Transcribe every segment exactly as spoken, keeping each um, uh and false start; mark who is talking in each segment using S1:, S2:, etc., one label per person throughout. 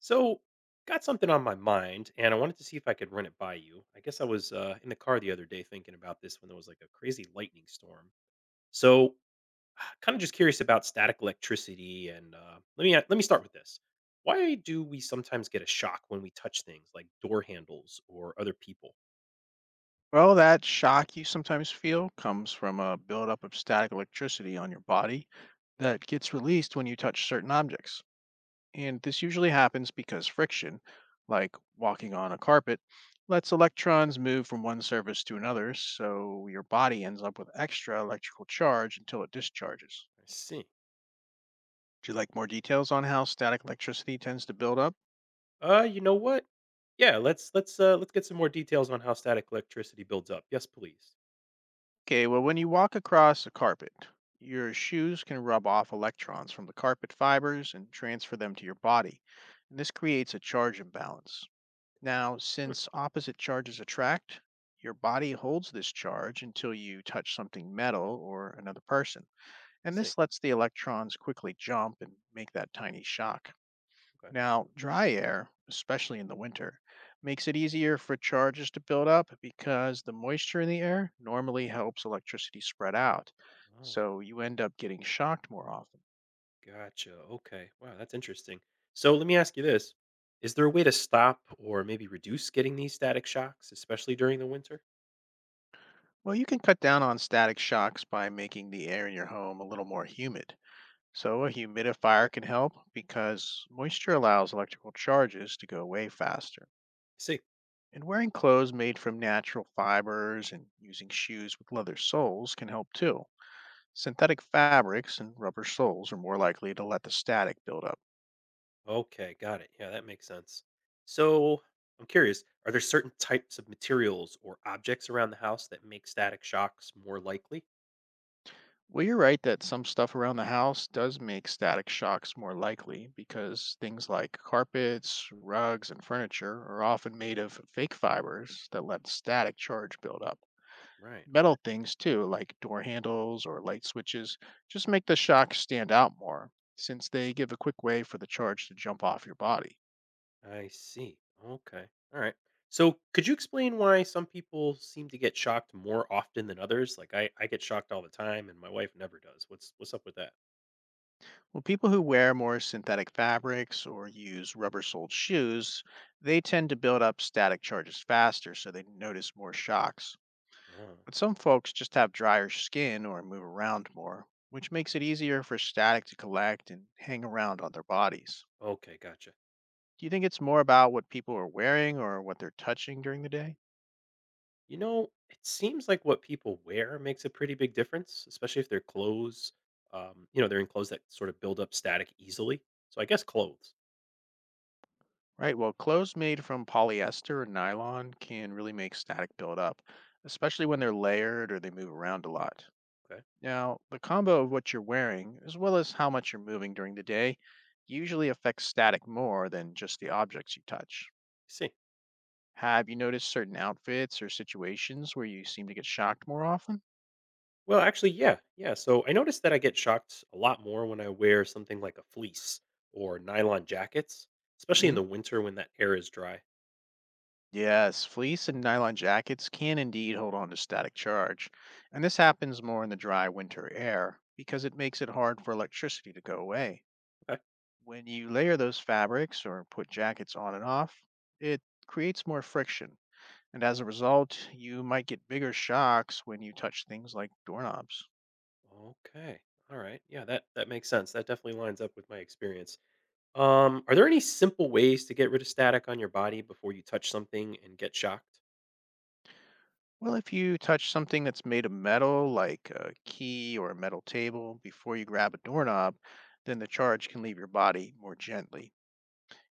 S1: So, got something on my mind, and I wanted to see if I could run it by you. I guess I was uh, in the car the other day thinking about this when there was like a crazy lightning storm. So, kind of just curious about static electricity. And uh, let me uh, let me start with this. Why do we sometimes get a shock when we touch things like door handles or other people?
S2: Well, that shock you sometimes feel comes from a buildup of static electricity on your body that gets released when you touch certain objects. And this usually happens because friction, like walking on a carpet, lets electrons move from one surface to another, so your body ends up with extra electrical charge until it discharges.
S1: I see.
S2: Do you like more details on how static electricity tends to build up?
S1: Uh, you know what? Yeah, let's let's uh, let's get some more details on how static electricity builds up. Yes, please.
S2: Okay, well, when you walk across a carpet, your shoes can rub off electrons from the carpet fibers and transfer them to your body. And this creates a charge imbalance. Now,
S1: Hmm, I
S2: since opposite charges attract, your body holds this charge until you touch something metal or another person. And
S1: see.
S2: this lets the electrons quickly jump and make that tiny shock.
S1: Okay.
S2: Now, dry air, especially in the winter, makes it easier for charges to build up because the moisture in the air normally helps electricity spread out.
S1: Oh.
S2: So you end up getting shocked more often.
S1: Gotcha. Okay. Wow, that's interesting. So let me ask you this. Is there a way to stop or maybe reduce getting these static shocks, especially during the winter?
S2: Well, you can cut down on static shocks by making the air in your home a little more humid. So a
S1: Okay.
S2: humidifier can help because moisture allows electrical charges to go away faster.
S1: See.
S2: And wearing clothes made from natural fibers and using shoes with leather soles can help too. Synthetic fabrics and rubber soles are more likely to let the static build up.
S1: Okay, got it. Yeah, that makes sense. So I'm curious, are there certain types of materials or objects around the house that make static shocks more likely?
S2: Well, you're right that some stuff around the house does make static shocks more likely because things like carpets, rugs, and furniture are often made of fake fibers that let static charge build up.
S1: Right. Okay.
S2: Metal things, too, like door handles or light switches, just make the shock stand out more since they give a quick way for the charge to jump off your body.
S1: I see. Okay. All right. So could you explain why some people seem to get shocked more often than others? Like I, I get shocked all the time and my wife never does. What's what's up with
S2: Well, people who wear more synthetic fabrics or use rubber soled shoes, they tend to build up static charges faster, so they notice more shocks.
S1: that?
S2: But some folks just have drier skin or move around more, which makes it easier for static to collect and hang around on their bodies.
S1: Okay, gotcha.
S2: Do you think it's more about what people are wearing or what they're touching during the day?
S1: You know, it seems like what people wear makes a pretty big difference, especially if their clothes, um, you know, they're in clothes that sort of build up static easily. So I guess clothes.
S2: Right. Well, clothes made from polyester or nylon can really make static build up, especially when they're layered or they move around a lot.
S1: Okay. I
S2: Now, the combo of what you're wearing, as well as how much you're moving during the day, usually affects static more than just the objects you touch.
S1: See.
S2: Have you noticed certain outfits or situations where you seem to get shocked more often?
S1: Well, actually, yeah. Yeah. So I noticed that I get shocked a lot more when I wear something like a fleece or nylon jackets, especially in
S2: Mhm.
S1: the winter when that air is dry.
S2: Yes, fleece and nylon jackets can indeed hold on to static charge, and this happens more in the dry winter air because it makes it hard for electricity to go away.
S1: Okay.
S2: When you layer those fabrics or put jackets on and off, it creates more friction, and as a result, you might get bigger shocks when you touch things like doorknobs.
S1: Okay. All right. Yeah, that that makes sense. That definitely lines up with my experience. Um, are there any simple ways to get rid of static on your body before you touch something and get shocked?
S2: Well, if you touch something that's made of metal, like a key or a metal table, before you grab a doorknob, then the charge can leave your body more gently.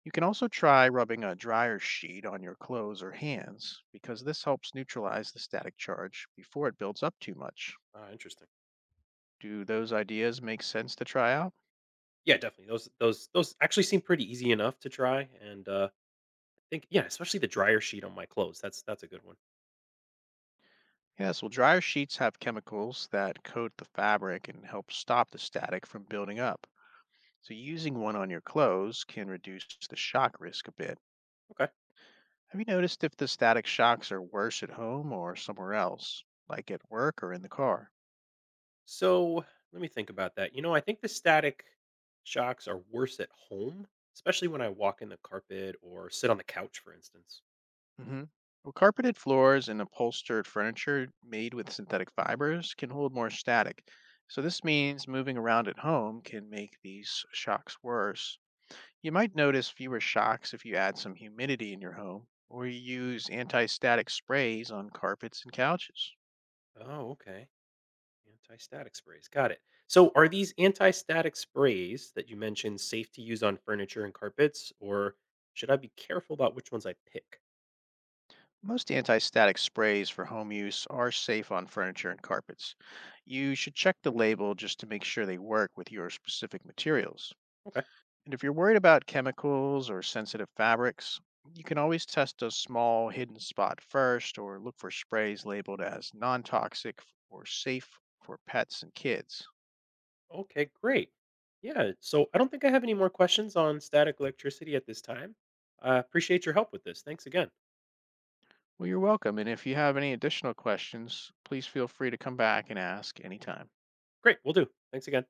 S2: You can also try rubbing a dryer sheet on your clothes or hands because this helps neutralize the static charge before it builds up too much.
S1: Uh, interesting.
S2: Do those ideas make sense to try out?
S1: Yeah, definitely. Those those those actually seem pretty easy enough to try, and uh, I think, yeah, especially the dryer sheet on my clothes. That's that's a good one.
S2: Yes, well, dryer sheets have chemicals that coat the fabric and help stop the static from building up. So, using one on your clothes can reduce the shock risk a bit.
S1: Okay,
S2: Have you noticed if the static shocks are worse at home or somewhere else, like at work or in the car?
S1: so let me think about that. You know, I think the static shocks are worse at home, especially when I walk in the carpet or sit on the couch, for instance.
S2: Hmm. Well, carpeted floors and upholstered furniture made with synthetic fibers can hold more static. So, this means moving around at home can make these shocks worse. You might notice fewer shocks if you add some humidity in your home or you use anti static sprays on carpets and couches.
S1: Oh, okay. Anti-static sprays. Got it. So are these anti-static sprays that you mentioned safe to use on furniture and carpets or should I be careful about which ones I pick?
S2: Most anti static sprays for home use are safe on furniture and carpets. You should check the label just to make sure they work with your specific materials.
S1: Okay.
S2: And if you're worried about chemicals or sensitive fabrics, you can always test a small hidden spot first or look for sprays labeled as non toxic or safe for pets and kids.
S1: Okay, great. Yeah, so I don't think I have any more questions on static electricity at this time. I appreciate your help with this. Thanks again.
S2: Well, you're welcome. And if you have any additional questions, please feel free to come back and ask anytime.
S1: Great, we'll do. Thanks again.